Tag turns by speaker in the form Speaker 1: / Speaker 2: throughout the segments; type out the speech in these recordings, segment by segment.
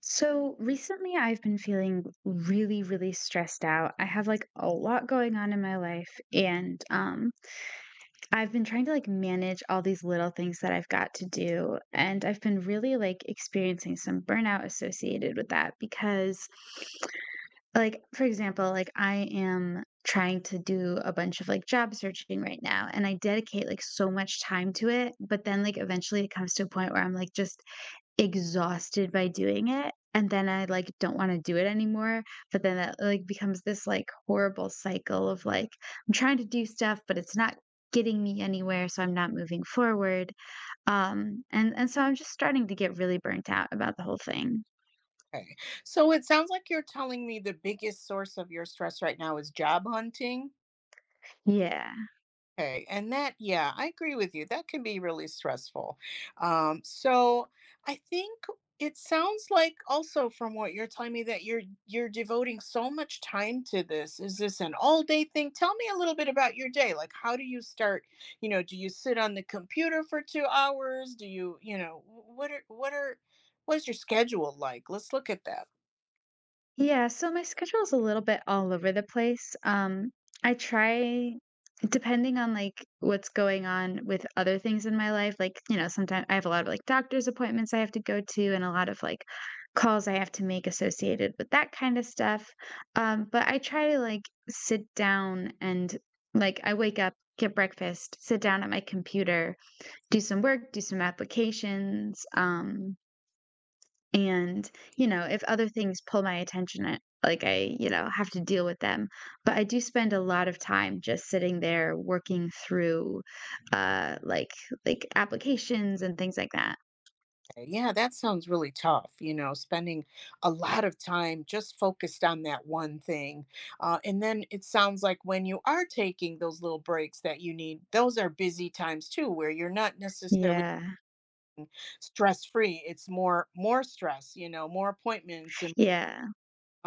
Speaker 1: So recently, I've been feeling really, really stressed out. I have like a lot going on in my life, and I've been trying to like manage all these little things that I've got to do. And I've been really like experiencing some burnout associated with that because, like, for example, like I am trying to do a bunch of like job searching right now, and I dedicate like so much time to it. But then, like, eventually it comes to a point where I'm like just exhausted by doing it, and then I, like, don't wanna do it anymore, but then that, like, becomes this, like, horrible cycle of, like, I'm trying to do stuff, but it's not getting me anywhere, so I'm not moving forward, and so I'm just starting to get really burnt out about the whole thing.
Speaker 2: Okay. So it sounds like you're telling me the biggest source of your stress right now is job hunting.
Speaker 1: Yeah.
Speaker 2: Okay. And that, yeah, I agree with you. That can be really stressful. So I think it sounds like also from what you're telling me that you're devoting so much time to this. Is this an all day thing? Tell me a little bit about your day. Like how do you start, you know, do you sit on the computer for 2 hours? Do you, you know, what are what is your schedule like? Let's look at that.
Speaker 1: Yeah, so my schedule's a little bit all over the place. I try depending on like what's going on with other things in my life, like, you know, sometimes I have a lot of like doctor's appointments I have to go to and a lot of like calls I have to make associated with that kind of stuff. But I try to like sit down and like I wake up, get breakfast, sit down at my computer, do some work, do some applications, and, you know, if other things pull my attention, I like I, you know, have to deal with them. But I do spend a lot of time just sitting there working through uh like like applications and things like that.
Speaker 2: Yeah, that sounds really tough, you know, spending a lot of time just focused on that one thing. And then it sounds like when you are taking those little breaks that you need, those are busy times too, where you're not necessarily
Speaker 1: Yeah.
Speaker 2: stress free. It's more stress, you know, more appointments and
Speaker 1: Yeah.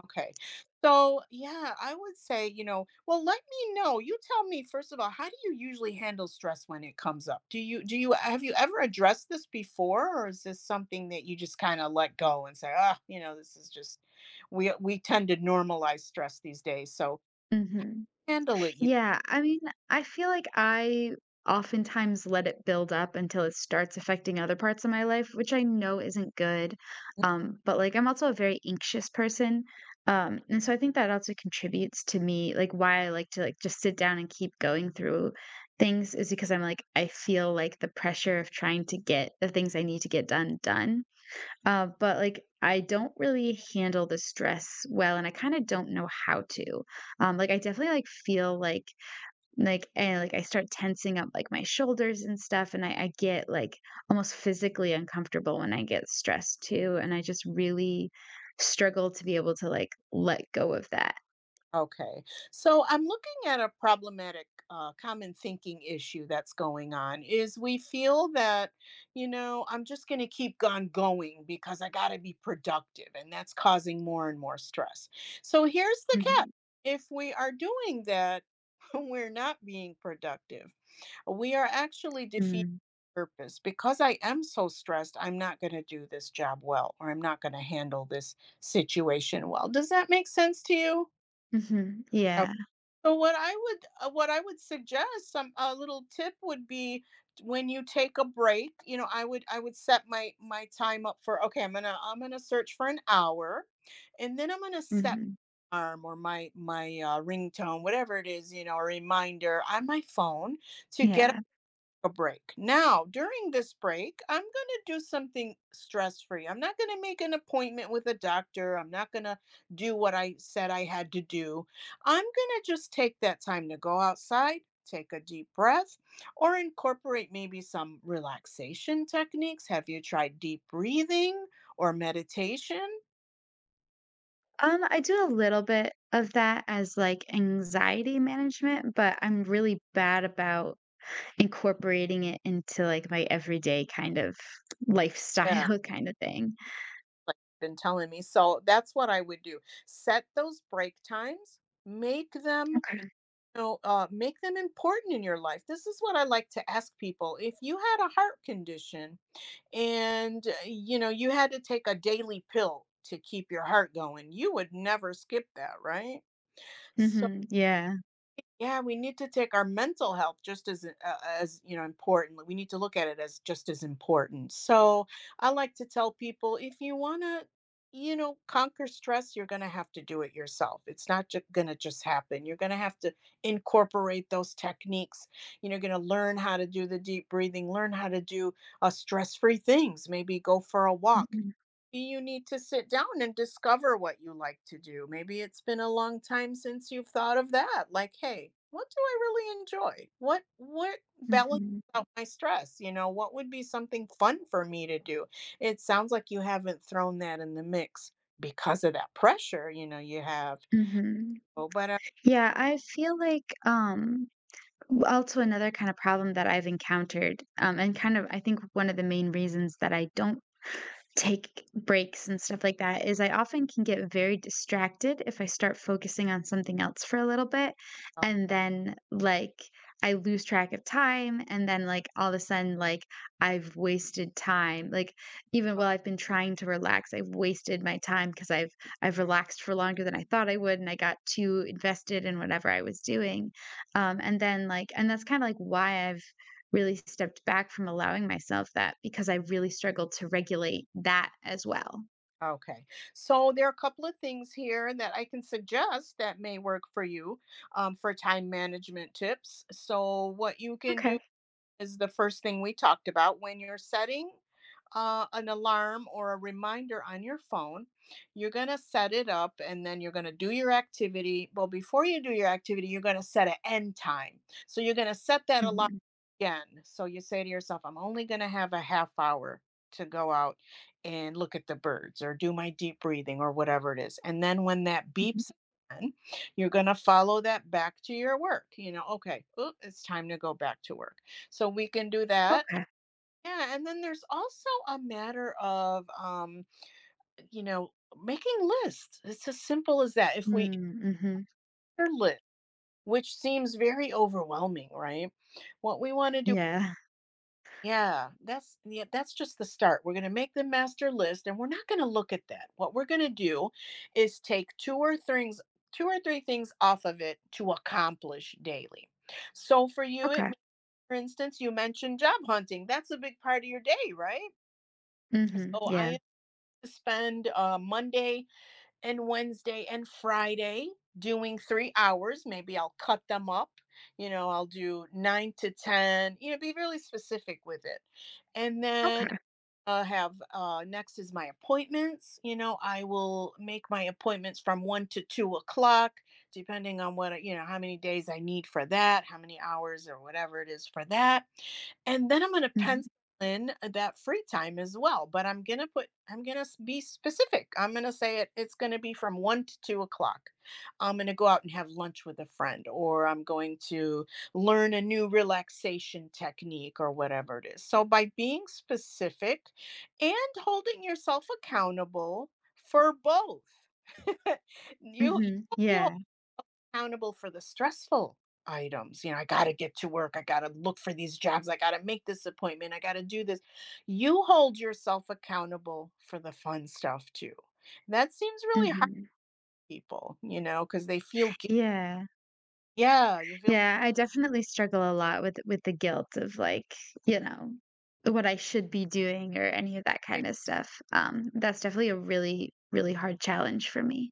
Speaker 2: okay. So, yeah, I would say, you know, well, let me know. You tell me first of all, how do you usually handle stress when it comes up? Do you have you ever addressed this before, or is this something that you just kind of let go and say, "Ah, you know, this is just we tend to normalize stress these days." So,
Speaker 1: Mhm.
Speaker 2: handle it.
Speaker 1: Yeah, I mean, I feel like I oftentimes let it build up until it starts affecting other parts of my life, which I know isn't good. But like I'm also a very anxious person. And so I think that also contributes to me, like why I like to like just sit down and keep going through things is because I'm like I feel like the pressure of trying to get the things I need to get done done. But like I don't really handle the stress well, and I kind of don't know how to like I definitely like feel like, and, like, I start tensing up, like, my shoulders and stuff, and I get, like, almost physically uncomfortable when I get stressed too, and I just really struggle to be able to, like, let go of that.
Speaker 2: Okay. So I'm looking at a problematic common thinking issue that's going on is we feel that, you know, I'm just going to keep on going because I got to be productive, and that's causing more and more stress. So here's the catch.
Speaker 1: Mhm.
Speaker 2: If we are doing that, we're not being productive. We are actually defeating
Speaker 1: Mm.
Speaker 2: purpose because I am so stressed. I'm not going to do this job well, or I'm not going to handle this situation well. Does that make sense to you?
Speaker 1: Mhm. Yeah.
Speaker 2: So what I would suggest some a little tip would be when you take a break, you know, I would set my time up for okay, I'm going to search for an hour, and then I'm going to set
Speaker 1: Mhm.
Speaker 2: my alarm or my ringtone, whatever it is, you know, a reminder on my phone to get
Speaker 1: Yeah.
Speaker 2: a break. Now, during this break, I'm going to do something stress free. I'm not going to make an appointment with a doctor. I'm not going to do what I said I had to do. I'm going to just take that time to go outside, take a deep breath, or incorporate maybe some relaxation techniques. Have you tried deep breathing or meditation?
Speaker 1: I do a little bit of that as, like, anxiety management, but I'm really bad about incorporating it into, like, my everyday kind of
Speaker 2: Yeah.
Speaker 1: lifestyle kind of thing.
Speaker 2: Like you've been telling me. So that's what I would do. Set those break times, make them
Speaker 1: Okay.
Speaker 2: know, make them important in your life. This is what I like to ask people. If you had a heart condition and, you know, you had to take a daily pill to keep your heart going, you would never skip that, right? So.
Speaker 1: Mhm. Yeah.
Speaker 2: Yeah, we need to take our mental health just as you know important. Like, we need to look at it as just as important. So I like to tell people if you want to, you know, conquer stress, you're going to have to do it yourself. It's not just going to just happen. You're going to have to incorporate those techniques. You know, you're going to learn how to do the deep breathing, learn how to do stress-free things. Maybe go for a walk.
Speaker 1: Mhm.
Speaker 2: You need to sit down and discover what you like to do. Maybe it's been a long time since you've thought of that. Like, hey, what do I really enjoy? What balances
Speaker 1: Mhm,
Speaker 2: out my stress? You know, what would be something fun for me to do? It sounds like you haven't thrown that in the mix because of that pressure. You know, you have.
Speaker 1: mhm.
Speaker 2: Oh, but
Speaker 1: Yeah, I feel like, also another kind of problem that I've encountered, and kind of I think one of the main reasons that I don't take breaks and stuff like that is I often can get very distracted if I start focusing on something else for a little bit. And
Speaker 2: okay.
Speaker 1: then, like, I lose track of time. And then, like, all of a sudden, like, I've wasted time. Like, even
Speaker 2: o-
Speaker 1: while I've been trying to relax, I've wasted my time because I've relaxed for longer than I thought I would. And I got too invested in whatever I was doing. And then, like, and that's kind of like why I've, really stepped back from allowing myself that because I really struggled to regulate that as well.
Speaker 2: okay. So there are a couple of things here that I can suggest that may work for you, for time management tips. So what you can do
Speaker 1: Okay.
Speaker 2: is the first thing we talked about, when you're setting an alarm or a reminder on your phone, you're going to set it up, and then you're going to do your activity. Well, before you do your activity you're going to set an end time, so you're going to set that alarm
Speaker 1: Mhm,
Speaker 2: again. So you say to yourself, I'm only going to have a half hour to go out and look at the birds or do my deep breathing or whatever it is, and then when that
Speaker 1: mhm.
Speaker 2: beeps again, you're going to follow that back to your work. You know, okay, oh, it's time to go back to work. So we can do that.
Speaker 1: Okay.
Speaker 2: Yeah, and then there's also a matter of you know, making lists. It's as simple as that. If we
Speaker 1: Mm, mhm.
Speaker 2: are list, which seems very overwhelming, right? What we want to do,
Speaker 1: Yeah.
Speaker 2: yeah, that's just the start. We're going to make the master list, and we're not going to look at that. What we're going to do is take two or three things off of it to accomplish daily. So for you it
Speaker 1: Okay.
Speaker 2: means, for instance, you mentioned job hunting. That's a big part of your day, right?
Speaker 1: Mhm,
Speaker 2: So I
Speaker 1: yeah.
Speaker 2: am to spend Monday and Wednesday and Friday doing 3 hours. Maybe I'll cut them up. You know, I'll do 9 to 10, you know, be really specific with it. And then
Speaker 1: Okay.
Speaker 2: have next is my appointments. You know, I will make my appointments from 1 to 2 o'clock, depending on what, you know, how many days I need for that, how many hours or whatever it is for that. And then I'm going to
Speaker 1: Mhm,
Speaker 2: pencil in that free time as well. But I'm going to put, I'm going to be specific. I'm going to say it, it's going to be from 1 to 2 o'clock. I'm going to go out and have lunch with a friend, or I'm going to learn a new relaxation technique or whatever it is. So by being specific, and holding yourself accountable for both. You
Speaker 1: mhm,
Speaker 2: only hold
Speaker 1: yeah,
Speaker 2: accountable for the stressful items. You know, I got to get to work. I got to look for these jobs. I got to make this appointment. I got to do this. You hold yourself accountable for the fun stuff too. That seems really hard
Speaker 1: mhm,
Speaker 2: to people, you know, because they feel guilty.
Speaker 1: yeah.
Speaker 2: Yeah, you feel
Speaker 1: Yeah, I definitely struggle a lot with the guilt of, like, you know, what I should be doing or any of that kinda stuff. That's definitely a really, really hard challenge for me.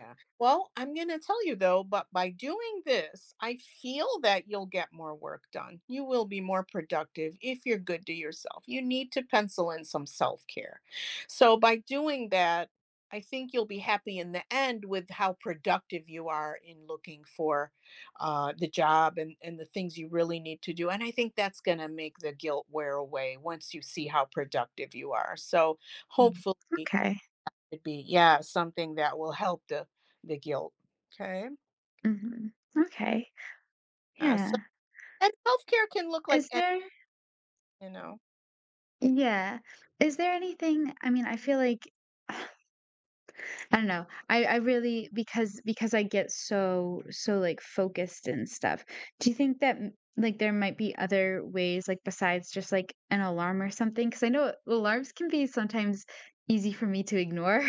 Speaker 2: yeah. Well, I'm going to tell you though, but by doing this, I feel that you'll get more work done. You will be more productive if you're good to yourself. You need to pencil in some self care. So, by doing that, I think you'll be happy in the end with how productive you are in looking for the job, and the things you really need to do. And I think that's going to make the guilt wear away once you see how productive you are. So,
Speaker 1: Mm.
Speaker 2: hopefully,
Speaker 1: Okay.
Speaker 2: could be, yeah, something that will help the guilt. Okay.
Speaker 1: Mhm.
Speaker 2: Mm.
Speaker 1: Okay.
Speaker 2: So
Speaker 1: Yeah.
Speaker 2: and self-care can look like
Speaker 1: Is
Speaker 2: any,
Speaker 1: there
Speaker 2: you know.
Speaker 1: yeah. Is there anything? I mean, I feel like I don't know. I really because I get so, like, focused and stuff, do you think that, m like, there might be other ways, like, besides just, like, an alarm or something? Because I know alarms can be sometimes easy for me to ignore.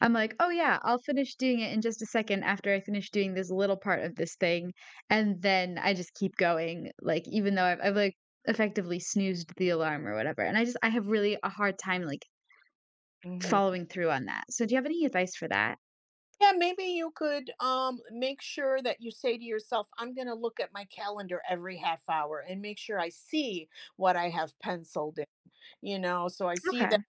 Speaker 1: I'm like, "Oh, yeah, I'll finish doing it in just a second after I finish doing this little part of this thing," and then I just keep going, like, even though I've, like, effectively snoozed the alarm or whatever, and I just I have really a hard time, like,
Speaker 2: Mhm.
Speaker 1: following through on that. So do you have any advice for that?
Speaker 2: Yeah, maybe you could make sure that you say to yourself, I'm going to look at my calendar every half hour and make sure I see what I have penciled in, you know, so I see
Speaker 1: Okay.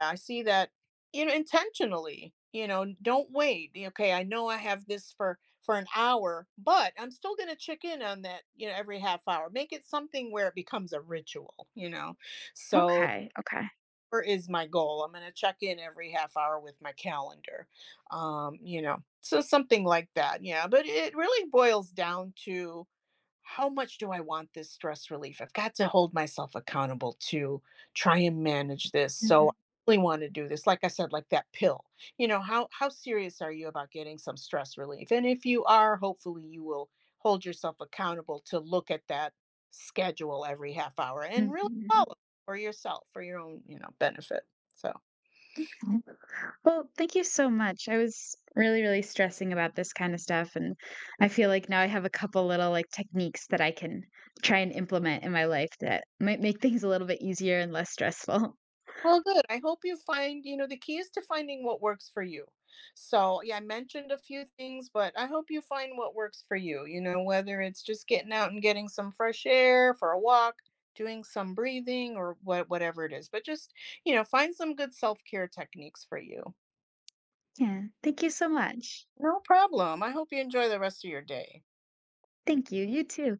Speaker 2: I see that, you know, intentionally, you know, don't wait. Okay, I know I have this for an hour, but I'm still going to check in on that, you know, every half hour. Make it something where it becomes a ritual, you know. So,
Speaker 1: Okay, okay.
Speaker 2: where is my goal? I'm going to check in every half hour with my calendar. You know, so something like that. Yeah, but it really boils down to how much do I want this stress relief? I've got to hold myself accountable to try and manage this. So
Speaker 1: Mhm,
Speaker 2: I really want to do this. Like I said, like that pill. You know, how serious are you about getting some stress relief? And if you are, hopefully you will hold yourself accountable to look at that schedule every half hour and really
Speaker 1: mhm.
Speaker 2: follow for yourself, for your own, you know, benefit. So
Speaker 1: Mhm. Well, thank you so much. I was really, really stressing about this kind of stuff, and I feel like now I have a couple little like techniques that I can try and implement in my life that might make things a little bit easier and less stressful.
Speaker 2: well, good. I hope you find, you know, the key is to finding what works for you. So, yeah, I mentioned a few things, but I hope you find what works for you, you know, whether it's just getting out and getting some fresh air for a walk, doing some breathing or whatever it is. But just, you know, find some good self-care techniques for you.
Speaker 1: Yeah. Thank you so much.
Speaker 2: No problem. I hope you enjoy the rest of your day.
Speaker 1: Thank you. You too.